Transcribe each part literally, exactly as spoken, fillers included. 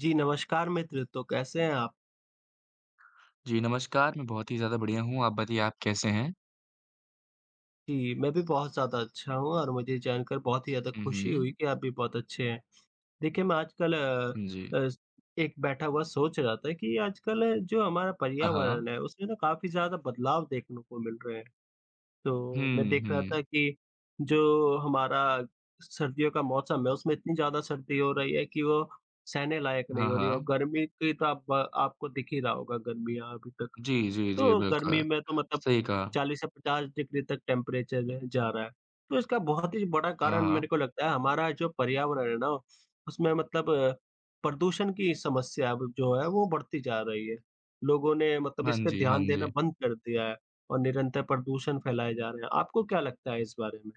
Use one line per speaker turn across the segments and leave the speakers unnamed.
जी, नमस्कार मित्र। तो कैसे हैं आप?
जी, नमस्कार। मैं बहुत ही ज़्यादा बढ़िया हूँ, आप बताइए आप कैसे हैं?
जी, मैं भी बहुत ज़्यादा अच्छा हूँ और मुझे जानकर बहुत ही ज़्यादा
हुँ,
खुशी हुई
हुँ।
कि आप भी बहुत अच्छे हैं। देखिए, मैं आजकल अ
हाँ जी।
अ, एक बैठा हुआ सोच रहा था कि आजकल जो हमारा
हाँ, हाँ।
पर्यावरण है, उसमें ना काफ़ी ज़्यादा बदलाव देखने को मिल रहे हैं। तो मैं
हुँ,
देख रहा
हुँ।
था कि जो हमारा सर्दियों का मौसम है, उसमें इतनी ज़्यादा सर्दी हो रही है कि वो सहने लायक नहीं
हाँ,
हो रही है और
हाँ।
गर्मी की तो आप आपको दिख ही रहा होगा गर्मी यहाँ अभी तक।
जी, जी, जी,
तो गर्मी
बिल्कुल।
में तो मतलब
सही कहा।
चालीस से पचास डिग्री तक टेम्परेचर जा रहा है। तो इसका बहुत ही बड़ा
हाँ,
कारण
हाँ।
मेरे को लगता है हमारा जो पर्यावरण है ना, उसमें मतलब अ, प्रदूषण की समस्या अब जो है वो बढ़ती जा रही है। लोगों ने मतलब
हाँ
इस पे
जी, हाँ
ध्यान देना
जी।
बंद कर दिया है और निरंतर प्रदूषण फैलाए जा रहे हैं। आपको क्या लगता है इस बारे में?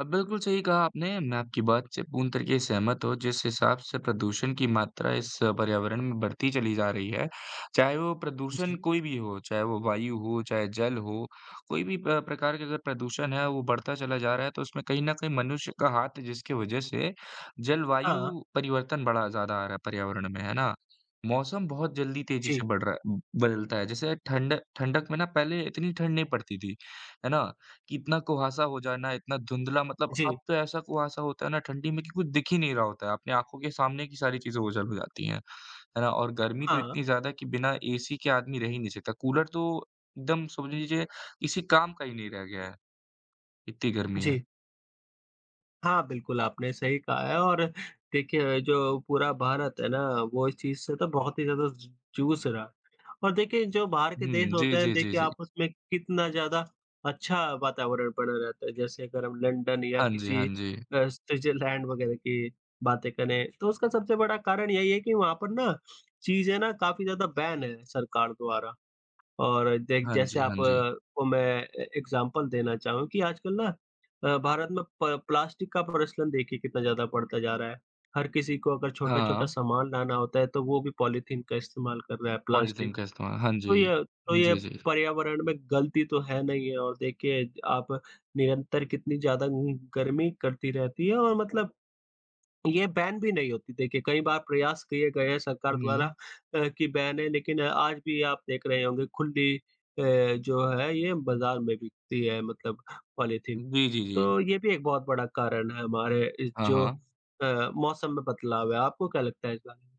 अब बिल्कुल सही कहा आपने। मैं आपकी बात से पूर्ण तरीके से सहमत हूँ। जिस हिसाब से प्रदूषण की मात्रा इस पर्यावरण में बढ़ती चली जा रही है, चाहे वो प्रदूषण
जी।
कोई भी हो, चाहे वो वायु हो, चाहे जल हो, कोई भी प प्रकार के अगर प्रदूषण है, वो बढ़ता चला जा रहा है, तो उसमें कहीं न कहीं मनुष्य का हाथ है, जिसकी वजह से
हाँ।
जलवायु परिवर्तन बड़ा ज़्यादा आ रहा है पर्यावरण में, है ना? मौसम बहुत जल्दी तेज़ी से
जी,
बढ़ रहा है बदलता है। जैसे ठंड ठंडक में ना पहले इतनी ठंड नहीं पड़ती थी, है ना? कि इतना कुहासा हो जाना, इतना धुंधला मतलब अब
जी।
तो ऐसा कुहासा होता है ना ठंडी में कि कुछ दिख ही नहीं रहा होता है। अपनी आँखों के सामने की सारी चीज़ें ओझल हो जाती हैं। है ना? और गर्मी तो
हाँ,
इतनी ज़्यादा कि बिना एसी के आदमी रह ही नहीं सकता। कूलर तो एकदम समझ लीजिए किसी काम का ही नहीं रह गया है, इतनी गर्मी है।
जी। हाँ, बिल्कुल, आपने सही कहा है और देखिए, जो पूरा भारत है ना, वो इस चीज़ से तो बहुत ही ज़्यादा ज जूझ रहा है और देखिए, जो बाहर के
हुँ,
देश होते
जी,
हैं,
जी, जी,
देखिए,
जी।
आपस में कितना ज़्यादा अच्छा वातावरण बना रहता है। जैसे अगर हम लंदन या
हाँ जी,
किसी
हाँ जी।
अ, स्विट्ज़रलैंड वगैरह की बातें करें, तो उसका सबसे बड़ा कारण यही है कि वहाँ पर ना, चीज़ें ना काफ़ी ज़्यादा बैन है सरकार द्वारा। और देख
हाँ
जैसे
जी, हाँ
आप
जी।
अ, को मैं ए एग्ज़ाम्पल देना चाहूँ कि आजकल ना अ, भारत में प प्लास्टिक का प्रचलन देखिए कितना ज़्यादा बढ़ता जा रहा है। हर किसी को अगर
हाँ,
छोटा-छोटा सामान लाना होता है, तो वो भी पॉलीथीन का इस्तेमाल कर रहा है, प्लास्टिक।
पॉलीथीन का इस्तेमाल। हाँ
तो
जी।
ये तो ये
जी, जी।
पर्यावरण में गलती तो है नहीं है और देखिए आप निरंतर कितनी ज़्यादा गर्मी करती रहती है और मतलब ये बैन भी नहीं होती। देखिए, कई बार प्रयास किए गए हैं सरकार द्वारा
हुँ।
अ, कि बैने लेकिन अ, आज भी आप देख रहे होंगे खुली अ, जो है ये बाज़ार में बिकती है मतलब पॉलीथीन।
जी, जी, जी।
तो ये भी एक बहुत बड़ा कारण है हमारे इस
हाँ,
जो
हाँ।
अ, मौसम में बदलाव है। आपको क्या लगता है इस बारे में?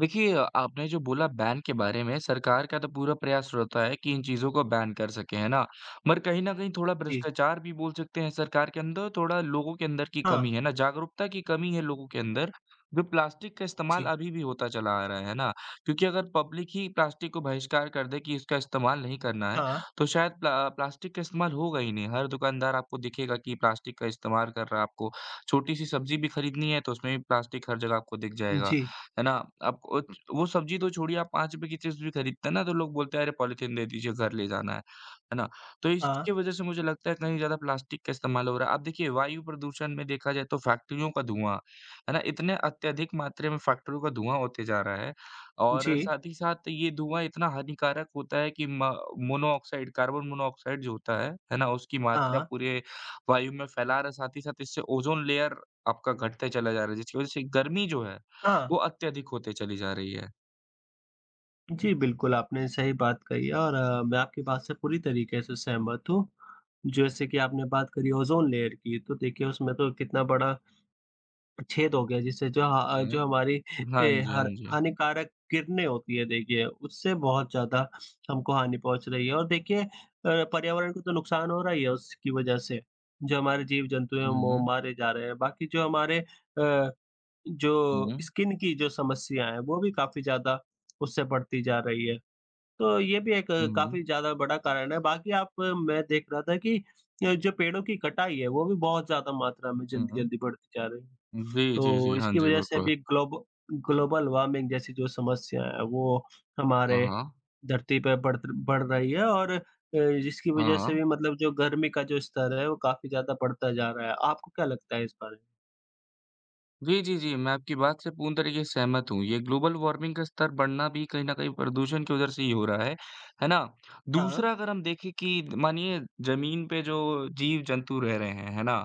देखिए, आपने जो बोला बैन के बारे में, सरकार का तो पूरा प्रयास रहता है कि इन चीज़ों को बैन कर सकें, है ना? मगर कहीं न कहीं थोड़ा
जी,
भ्रष्टाचार भी बोल सकते हैं सरकार के अंदर, थोड़ा लोगों के अंदर की
हाँ,
कमी है ना, जागरूकता की कमी है लोगों के अंदर, जो प्लास्टिक का इस्तेमाल
जी,
अभी भी होता चला आ रहा है, है ना? क्योंकि अगर पब्लिक ही प्लास्टिक को बहिष्कार कर दे कि इसका इस्तेमाल नहीं करना है,
हाँ,
तो शायद प्ला प्लास्टिक का इस्तेमाल होगा ही नहीं। हर दुकानदार आपको दिखेगा कि प्लास्टिक का इस्तेमाल कर रहा है, आपको छोटी-सी सब्ज़ी भी खरीदनी है, तो उसमें भी प्लास्टिक हर जगह आपको दिख जाएगा।
जी,
है ना? आप ओ वो सब्ज़ी तो छोड़िए आप ₹पाँच रुपए की चीज़ भी खरीदते हैं ना तो लोग बोलते हैं अरे पॉलीथीन दे दीजिए घर ले जाना है। है ना? तो
हाँ,
इसकी वज़ह से मुझे लगता है कहीं ज़्यादा प्लास्टिक का इस्तेमाल हो रहा है। आप देखिए वायु प्रदूषण में देखा जाए तो फैक्ट्रियों का धुआँ, है ना? इतने अत्यधिक मात्रा में फैक्ट्रियों का धुआँ होते जा रहा है और
जी,
साथ ही साथ ये धुआँ इतना हानिकारक होता है कि म मोनोऑक्साइड कार्बन मोनोऑक्साइड जो होता है, है ना? उसकी मात्रा
हाँ,
पूरे वायु में फैला रहा है साथ ही साथ इससे ओज़ोन लेयर आपका घटते चला जा रहा है जिसकी वज़ह से गर्मी जो है
हाँ, हाँ।
वो अत्यधिक होते चली जा रही है।
जी, बिल्कुल, आपने सही बात कही है और अ, मैं आपकी बात से पूरी तरीके से सहमत हूँ। जैसे कि आपने बात करी ओज़ोन लेयर की, तो देखिए उसमें तो कितना बड़ा छेद हो गया जिससे जो ह
हुँ।
जो हमारी
हाँ
ए,
जी, हाँ
हर
जी।
हानिकारक किरणें होती हैं देखिए, उससे बहुत ज़्यादा हमको हानि पहुँच रही है और देखिए अ, पर्यावरण को तो नुकसान हो रहा ही है उसकी वजह से। जो हमारे जीव-जंतु हैं वो
हुँ,
मारे जा रहे हैं, बाकी जो हमारे अ, जो
हुँ,
स्किन की जो समस्या है वो भी काफ़ी ज़्यादा उससे बढ़ती जा रही है। तो ये भी एक
हुँ,
काफ़ी ज़्यादा बड़ा कारण है। बाकी आप अ, मैं देख रहा था कि अ, जो पेड़ों की कटाई है, वो भी बहुत ज़्यादा मात्रा में
हुँ, हुँ।
जल्दी-जल्दी बढ़ती जा रही है।
जी, जी,
तो
जी। हाँ
इसकी
जी,
वजह से
बिल्कुल।
अभी ग्लोब ग्लोबल वार्मिंग जैसी जो समस्या है, वो हमारे
हाँ, हाँ।
धरती पे बढ़ बढ़ रही है और अ, जिसकी
हाँ,
वजह से
हाँ।
भी मतलब जो गर्मी का जो स्तर है, वो काफ़ी ज़्यादा बढ़ता जा रहा है। आपको क्या लगता है इस बारे में?
जी, जी, जी। मैं आपकी बात से पूर्ण तरीके से सहमत हूँ। ये ग्लोबल वार्मिंग का स्तर बढ़ना भी कहीं न कहीं प्रदूषण की वजह से ही हो रहा है, है ना?
हाँ,
दूसरा अगर हम देखें कि मानिए ज़मीन पे जो जीव-जंतु रह रहे हैं, है ना?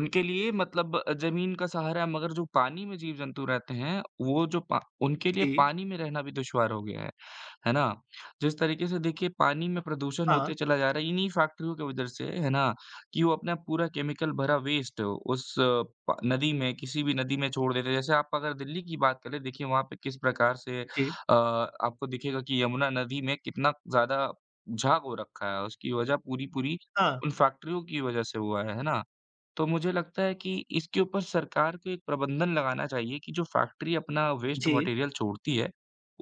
उनके लिए मतलब ज़मीन का सहारा है मगर जो पानी में जीव-जंतु रहते हैं, वो जो पा उनके लिए
जी।
पानी में रहना भी दुश्वार हो गया है, है ना? जिस तरीके से देखिए पानी में प्रदूषण
हाँ,
होते चला जा रहा है इन्हीं फैक्ट्रियों की वजह से, है ना? कि वो अपना पूरा केमिकल भरा वेस्ट उस अ, प नदी में किसी भी नदी में छोड़ देते हैं। जैसे आप अगर दिल्ली की बात करें, देखिए वहाँ पे किस प्रकार से अ,
जी।
आपको दिखेगा कि यमुना नदी में कितना ज़्यादा झाग हो रखा है, उसकी वजह पूरी-पूरी
हाँ,
उन फैक्ट्रियों की वजह से हुआ है, है ना? तो मुझे लगता है कि इसके ऊपर सरकार को एक प्रबंधन लगाना चाहिए कि जो फैक्ट्री अपना वेस्ट
जी।
मटेरियल छोड़ती है,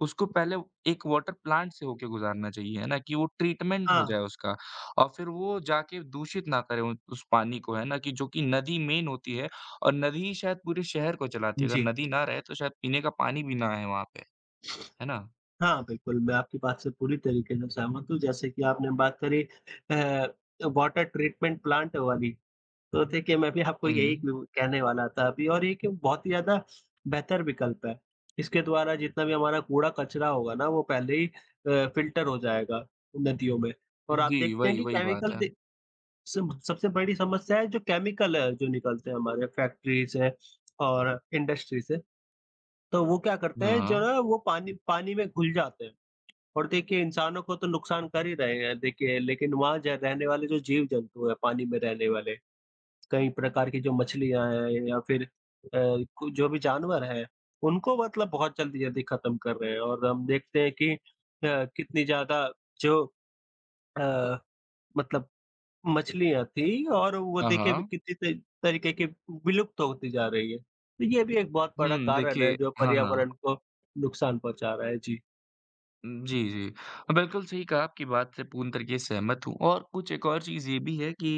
उसको पहले एक वाटर प्लांट से होके गुज़ारना चाहिए, है ना? कि वो ट्रीटमेंट हो
हाँ,
जाए उसका और फिर वो जाके दूषित ना करे उ उस पानी को, है ना? कि जो कि नदी मेन होती है और नदी ही शायद पूरे शहर को चलाती है। अगर
जी।
नदी ना रहे तो शायद पीने का पानी भी ना आए वहाँ पे, है ना?
हाँ, बिल्कुल, मैं आपकी बात से पूरी तरीके से सहमत हूँ, जैसे कि आपने बात करी अ, वाटर ट्रीटमेंट प्लांट वाली, तो देखिए मैं भी आपको
हुँ।
यही क कहने वाला था अभी और ये कि बहुत ही ज़्यादा बेहतर विकल्प है। इसके द्वारा जितना भी हमारा कूड़ा-कचरा होगा ना, वो पहले ही अ, फ़िल्टर हो जाएगा नदियों में और आप
जी,
देखते हैं
वही
कि
वही बात
केमिकल
है।
दे सब सबसे बड़ी समस्या है जो केमिकल है, जो निकलते हैं हमारे फैक्ट्री से और इंडस्ट्री से, तो वो क्या करते हैं, जो
हाँ।
ना वो पानी पानी में घुल जाते हैं। और देखिए इंसानों को तो नुकसान कर ही रहे हैं देखिए लेकिन वहाँ ज रहने वाले जो जीव-जंतु हैं पानी में रहने वाले, कई प्रकार की जो मछलियाँ हैं या फिर अ, कु जो भी जानवर हैं, उनको मतलब बहुत जल्दी-जल्दी खत्म कर रहे हैं और हम देखते हैं कि अ, कितनी ज़्यादा जो अ, मतलब मछलियाँ थी और वो
हाँ,
देखिए अभी
हाँ।
कितनी त तरीके की विलुप्त होती जा रही है। तो ये भी एक बहुत बड़ा
हुँ,
कारण है
देखिए
जो
हाँ, हाँ।
पर्यावरण को नुकसान पहुँचा रहा है। जी।
उम, जी, जी। बिल्कुल सही कहा, आपकी बात से पूर्ण तरीके से सहमत हूँ और कुछ एक और चीज़ ये भी है कि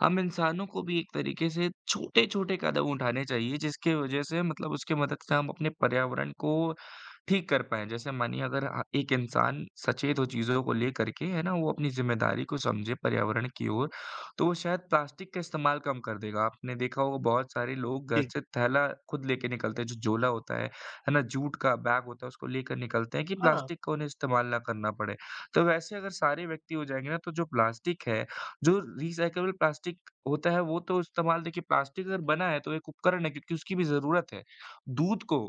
हम इंसानों को भी एक तरीके से छोटे-छोटे कदम उठाने चाहिए, जिसकी वजह से मतलब उसकी मदद से हम अपने पर्यावरण को ठीक कर पाएँ। जैसे मानिए अगर अ, एक इंसान सचेत हो चीज़ों को लेकर के, है ना? वो अपनी ज़िम्मेदारी को समझे पर्यावरण की ओर, तो वो शायद प्लास्टिक का इस्तेमाल कम कर देगा। आपने देखा होगा बहुत सारे लोग घर
जी।
से थैला खुद लेके निकलते हैं, जो झोला होता है, है ना, जूट का बैग होता है उसको लेकर निकलते हैं कि
हाँ।
प्लास्टिक का उन्हें इस्तेमाल ना करना पड़े। तो वैसे अगर सारे व्यक्ति हो जाएँगे ना तो जो प्लास्टिक है, जो रिसाइक्लेबल प्लास्टिक होता है वो तो इस्तेमाल देखिए प्लास्टिक अगर बना है तो एक उपकरण है क्योंकि उसकी भी ज़रूरत है। दूध को,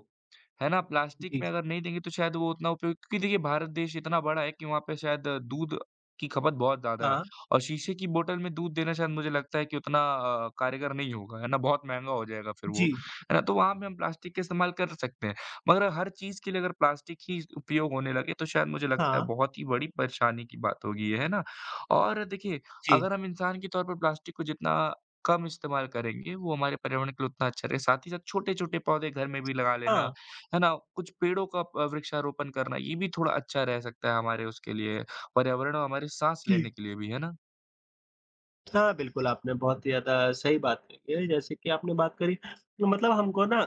है ना, प्लास्टिक
जी।
में अगर नहीं देंगे तो शायद वो उतना उपयोग क्योंकि देखिए भारत देश इतना बड़ा है कि वहाँ पे शायद अ, दूध की खपत बहुत ज़्यादा है
हाँ।
और शीशे की बोतल में दूध देना शायद मुझे लगता है कि उतना अ, कारगर नहीं होगा, है ना, बहुत महँगा हो जाएगा फिर वो,
जी।
है ना? तो वहाँ पे हम प्लास्टिक का इस्तेमाल कर सकते हैं। मगर हर चीज़ के लिए अगर प्लास्टिक ही उपयोग होने लगे तो शायद मुझे लगता है
हाँ,
बहुत ही बड़ी परेशानी की बात होगी ये, है ना? और देखिए
जी।
अगर हम इंसान के तौर पर प्लास्टिक को जितना कम इस्तेमाल करेंगे वो हमारे पर्यावरण के लिए उतना अच्छा रहे। साथ ही साथ छोटे-छोटे पौधे घर में भी लगा लेना,
हाँ,
है ना? कुछ पेड़ों का अ, वृक्षारोपण करना ये भी थोड़ा अच्छा रह सकता है हमारे उसके लिए पर्यावरण और हमारे साँस
जी।
लेने के लिए भी, है ना?
हाँ, बिल्कुल, आपने बहुत ही ज़्यादा सही बात कही है, जैसे कि आपने बात करी मतलब हमको ना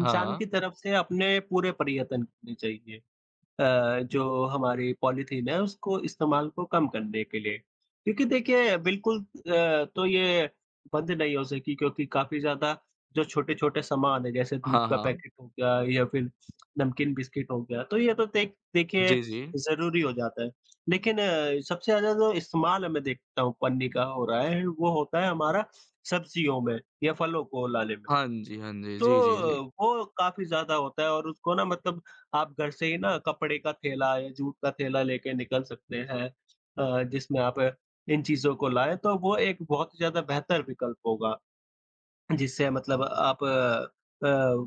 हाँ,
की
हाँ।
तरफ से अपने पूरे प्रयत्न करने चाहिए। अ, जो हमारी पॉलीथीन है उसको इस्तेमाल को कम करने के लिए। क्योंकि देखिए बिल्कुल अ, तो ये बंद नहीं हो सकी क्योंकि काफ़ी ज़्यादा जो छोटे-छोटे सामान है जैसे दूध
हाँ,
का
हाँ।
पैकेट हो गया या फिर नमकीन बिस्किट हो गया, तो ये तो देख देखिए
जी, जी।
ज़रूरी हो जाता है। लेकिन अ, सबसे ज़्यादा जो इस्तेमाल मैं देखता हूँ पन्नी का हो रहा है, वो होता है हमारा सब्जियों में या फलों को लाने में।
हाँ जी, हाँ जी।
तो
जी, जी, जी।
वो काफ़ी ज़्यादा होता है और उसको ना मतलब आप घर से ही ना कपड़े का थैला या जूट का थैला लेके निकल सकते हैं, अ, जिसमें आप इन चीज़ों को लाएँ, तो वो एक बहुत ही ज़्यादा बेहतर विकल्प होगा। जिससे मतलब आप अ अ,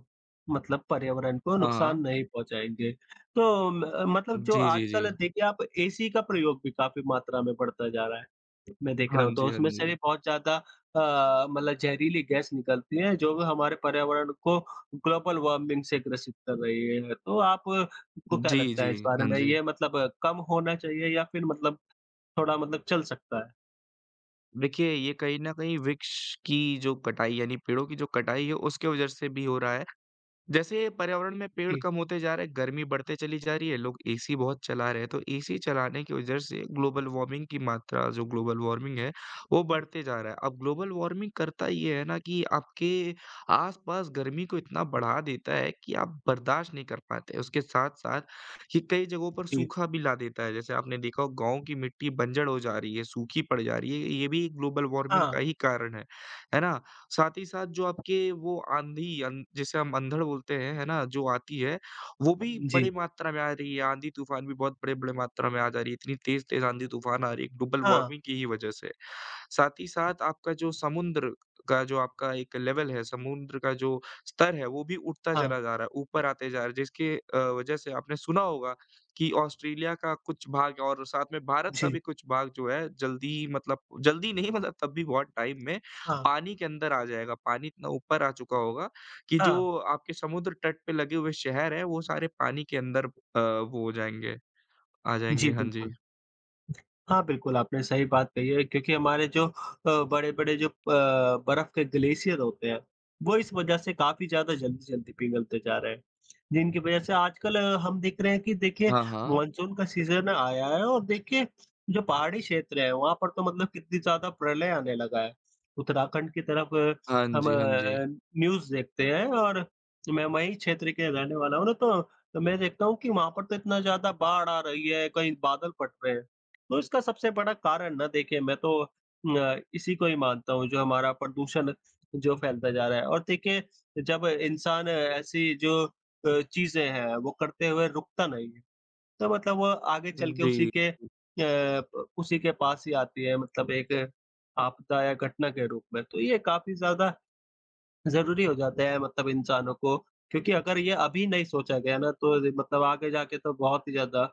मतलब पर्यावरण को
हाँ,
नुकसान
हाँ।
नहीं पहुँचाएँगे। तो म मतलब जो
जी, जी, जी।
आजकल देखिए आप एसी का प्रयोग भी काफ़ी मात्रा में बढ़ता जा रहा है। मैं देख रहा
हाँ
हूँ तो
जी, हाँ
उसमें से
जी।
भी बहुत ज़्यादा अ, मतलब ज़हरीली गैस निकलती है जो भी हमारे पर्यावरण को ग्लोबल वार्मिंग से ग्रसित कर रही है। तो आपको क्या
जी,
लगता है
जी।
इस बारे
हाँ
में?
जी।
ये मतलब अ, कम होना चाहिए या फिर मतलब थोड़ा मतलब चल सकता है?
देखिए, ये कहीं न कहीं वृक्ष की जो कटाई यानी पेड़ों की जो कटाई है उसके वजह से भी हो रहा है जैसे पर्यावरण में पेड़
जी,
कम होते जा रहे हैं, गर्मी बढ़ते चली जा रही है, लोग एसी बहुत चला रहे हैं, तो एसी चलाने की वजह से ग्लोबल वार्मिंग की मात्रा जो ग्लोबल वार्मिंग है, वो बढ़ते जा रहा है। अब ग्लोबल वार्मिंग करता ये है ना कि आपके आस-पास गर्मी को इतना बढ़ा देता है कि आप बर्दाश्त नहीं कर पाते। उसके साथ-साथ ये कई जगहों पर
जी।
सूखा भी ला देता है, जैसे आपने देखा हो गाँव की मिट्टी बंजर हो जा रही है, सूखी पड़ जा रही है, ये भी ग्लोबल वार्मिंग
हाँ।
का ही कारण है। है ना? साथ ही साथ जो आपके वो आँधी अन जिसे हम अंधड़ बोलते हैं, है ना? जो आती है, वो भी
जी।
बड़ी मात्रा में आ रही है, आँधी-तूफ़ान भी बहुत बड़े-बड़े मात्रा में आ जा रही है, इतनी तेज़-तेज़ आँधी-तूफ़ान आ रही है ग्लोबल
हाँ,
वार्मिंग की ही वजह से। साथ ही साथ आपका जो समुद्र का जो आपका एक लेवल है, समुद्र का जो स्तर है, वो भी उठता
हाँ।
चला जा रहा है, ऊपर आते जा रहा है, जिसके अ, वजह से आपने सुना होगा कि ऑस्ट्रेलिया का कुछ भाग और साथ में भारत का
जी,
भी कुछ भाग जो है, जल्दी मतलब जल्दी नहीं मतलब तब भी बहुत टाइम में
हाँ।
पानी के अंदर आ जाएगा, पानी इतना ऊपर आ चुका होगा कि जो
हाँ।
आपके समुद्र तट पे लगे हुए शहर हैं, वो सारे पानी के अंदर अ, वो हो जाएँगे, आ
जी,
जाएँगे। हाँ जी।
बिल्कुल। हाँ, बिल्कुल, आपने सही बात कही है क्योंकि हमारे जो अ, बड़े-बड़े जो अ, बर्फ के ग्लेशियर होते हैं, वो इस वजह से काफ़ी ज़्यादा जल्दी-जल्दी पिघलते जा रहे हैं। जिनकी वजह से आजकल अ, हम देख रहे हैं कि देखिए
हाँ, हाँ।
मानसून का सीज़न आया है और देखिए जो पहाड़ी क्षेत्र है, वहाँ पर तो मतलब कितनी ज़्यादा प्रलय आने लगा है। उत्तराखंड की तरफ
हाँ
हम
जी, हाँ
अ,
जी।
न्यूज़ देखते हैं और मैं वहीं क्षेत्र के रहने वाला हूँ ना तो, तो मैं देखता हूँ कि वहाँ पर तो इतना ज़्यादा बाढ़ आ रही है, कहीं बादल फट रहे हैं। तो इसका सबसे बड़ा कारण ना देखिए मैं तो अ, इसी को ही मानता हूँ जो हमारा प्रदूषण जो फैलता जा रहा है और देखिए जब इंसान ऐसी जो अ, चीज़ें हैं वो करते हुए रुकता नहीं है, तो मतलब वो आगे चल के
जी।
उसी के अ, प उसी के पास ही आती है मतलब एक आपदा या घटना के रूप में। तो ये काफ़ी ज़्यादा ज़रूरी हो जाता है मतलब इंसानों को, क्योंकि अगर ये अभी नहीं सोचा गया ना तो ये मतलब आगे जाके तो बहुत ही ज़्यादा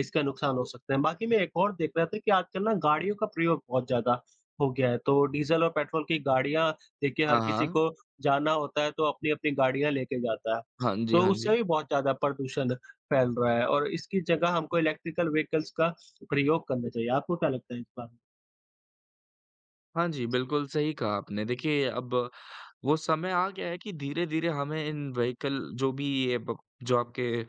इसका नुकसान हो सकता है। बाकी मैं एक और देख रहा था कि आजकल ना गाड़ियों का प्रयोग बहुत ज़्यादा हो गया है, तो डीज़ल और पेट्रोल की गाड़ियाँ देखिए हर
हाँ,
किसी
हाँ।
को जाना होता है तो अपनी-अपनी गाड़ियाँ लेके जाता है,
हाँ जी,
तो
हाँ जी।
उससे भी बहुत ज़्यादा प्रदूषण फैल रहा है और इसकी जगह हमको इलेक्ट्रिकल व्हीकल्स का प्रयोग करना चाहिए। आपको क्या लगता है इस बारे में?
हाँ जी, बिल्कुल सही कहा आपने। देखिए अब वो समय आ गया है कि धीरे-धीरे हमें इन व्हीकल जो भी ये ब जो आपके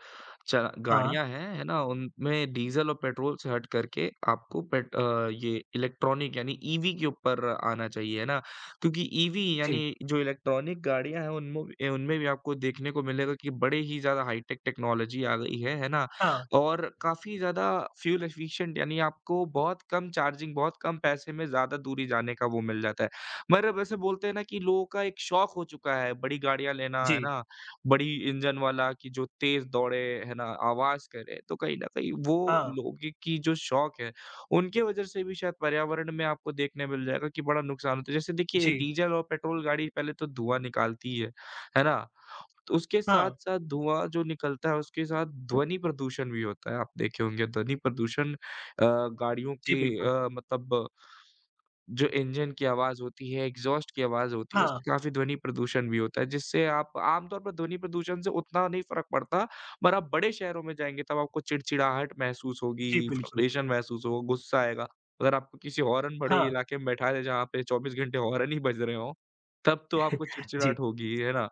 च
हाँ,
गाड़ियाँ हैं, है ना? उनमें डीज़ल और पेट्रोल से हट करके आपको पेट अ, ये इलेक्ट्रॉनिक यानी ईवी के ऊपर आना चाहिए, है ना? क्योंकि ईवी
जी,
यानी जो इलेक्ट्रॉनिक गाड़ियाँ हैं उनमो ए उनमें भी आपको देखने को मिलेगा कि बड़े ही ज़्यादा हाई-टेक टेक्नोलॉजी आ गई है, है ना?
हाँ,
और काफ़ी ज़्यादा फ्यूल एफिशिएंट यानी आपको बहुत कम चार्जिंग, बहुत कम पैसे में ज़्यादा दूरी जाने का वो मिल जाता है। मतलब ऐसे बोलते हैं ना कि लोगों का एक शौक हो चुका है, बड़ी गाड़ियाँ लेना, है
जी,
ना? बड़ी इंजन वाला कि जो तेज़ दौड़े, है ना? आवाज़ करे, तो कहीं न कहीं वो
हाँ,
लोगों की जो शौक है, उनके वजह से भी शायद पर्यावरण में आपको देखने मिल जाएगा कि बड़ा नुकसान होता है। जैसे देखिए
जी,
डीज़ल और पेट्रोल गाड़ी पहले तो धुआँ निकालती ही है, है ना? तो उसके
हाँ,
साथ-साथ धुआँ जो निकलता है, उसके साथ ध्वनि प्रदूषण भी होता है। आप देखे होंगे ध्वनि प्रदूषण अ, गाड़ियों
जी
के
बिल्कुल।
अ, मतलब जो इंजन की आवाज़ होती है, एग्ज़ॉस्ट की आवाज़ होती है,
हाँ,
उससे काफ़ी ध्वनि प्रदूषण भी होता है, जिससे आप आम तौर पर ध्वनि प्रदूषण से उतना नहीं फ़र्क पड़ता, पर आप बड़े शहरों में जाएँगे तब आपको चिड़चिड़ाहट महसूस
जी,
होगी,
बिल्कुल।
फ्रस्ट्रेशन महसूस होगा, गुस्सा आएगा। अगर आपको किसी हॉर्न भरे
हाँ,
इलाके में बैठा है जहाँ पे चौबीस घंटे हॉर्न ही बज रहे हों, तब तो आपको
जी,
चिड़चिड़ाहट होगी ही, है ना?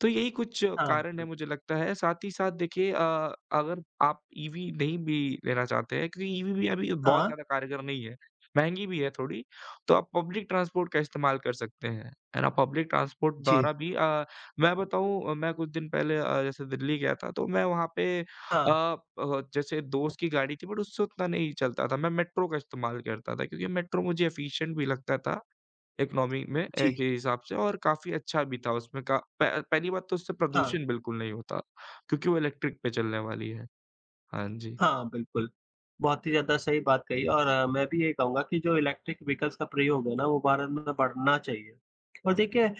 तो यही कुछ
हाँ,
कारण है
बिल
मुझे लगता है, साथ ही साथ देखिए अ, अगर आप ईवी नहीं भी लेना चाहते हैं क्योंकि ईवी भी अभी बहुत
हाँ,
ज़्यादा कारगर नहीं है, महँगी भी है थोड़ी। तो आप पब्लिक ट्रांसपोर्ट का इस्तेमाल कर सकते हैं, है ना? पब्लिक ट्रांसपोर्ट
जी,
द्वारा भी अ, मैं बताऊँ मैं कुछ दिन पहले अ, जैसे दिल्ली गया था तो मैं वहाँ पे अ
हाँ,
अ, जैसे दोस्त की गाड़ी थी बट उससे उतना नहीं चलता था, मैं मेट्रो का इस्तेमाल करता था क्योंकि मेट्रो मुझे एफिशिएंट भी लगता था इकोनॉमी में ए,
जी,
के हिसाब से और काफ़ी अच्छा भी था उसमें का प पहली बात तो उससे
हाँ।
प्रदूषण बिल्कुल नहीं होता क्योंकि वो इलेक्ट्रिक पे चलने वाली है। हाँ जी।
हाँ, बिल्कुल। बहुत ही ज़्यादा सही बात कही और अ, मैं भी यही कहूँगा कि जो इलेक्ट्रिक व्हीकल्स का प्रयोग है ना, वो भारत में बढ़ना चाहिए। और देखिए अ,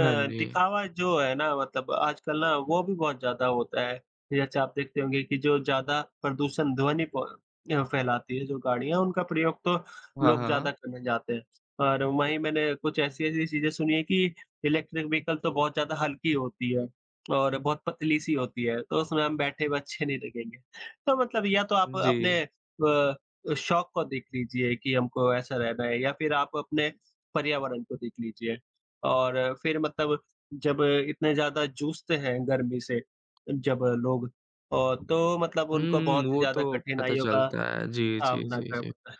हाँ जी।
दिखावा जो है ना मतलब आजकल ना वो भी बहुत ज़्यादा होता है। जैसे आप देखते होंगे कि जो ज़्यादा प्रदूषण ध्वनि प अ, फैलाती है जो गाड़ियाँ, उनका प्रयोग तो
हाँ,
लोग ज़्यादा
हाँ।
करने जाते हैं। और वहीं मैंने कुछ ऐसी-ऐसी चीज़ें सुनी है कि इलेक्ट्रिक व्हीकल तो बहुत ज़्यादा हल्की होती है और बहुत पतली-सी होती है, तो उसमें हम बैठे हुए अच्छे नहीं लगेंगे। तो मतलब या तो आप
जी।
अपने अ, शौक को देख लीजिए कि हमको ऐसा रहना है या फिर आप अपने पर्यावरण को देख लीजिए। और फिर मतलब जब इतने ज़्यादा जूझते हैं गर्मी से जब लोग अ, तो मतलब उनको
हुँ,
बहुत
वो
ज़्यादा
तो पता
कठिनाइयों का
चलता है। जी, जी,
सामना
जी,
करना
जी।
पड़ता है।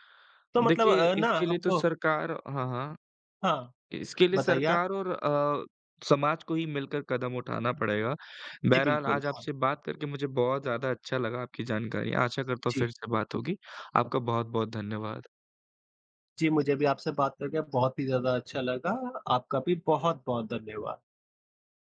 तो मतलब
देखिए,
अ, ना
इसके लिए तो
हमको
सरकार हाँ, हाँ।
हाँ,
इसके लिए
बताइए आप?
सरकार और अ, समाज को ही मिलकर कदम उठाना पड़ेगा।
जी,
बहरहाल,
बिल्कुल,
आज
हाँ।
आपसे बात करके मुझे बहुत ज़्यादा अच्छा लगा, आपकी जानकारी। आशा करता हूँ
जी।
फिर से बात होगी। आपका बहुत-बहुत धन्यवाद।
जी, मुझे भी आपसे बात करके बहुत ही ज़्यादा अच्छा लगा। आपका भी बहुत-बहुत धन्यवाद।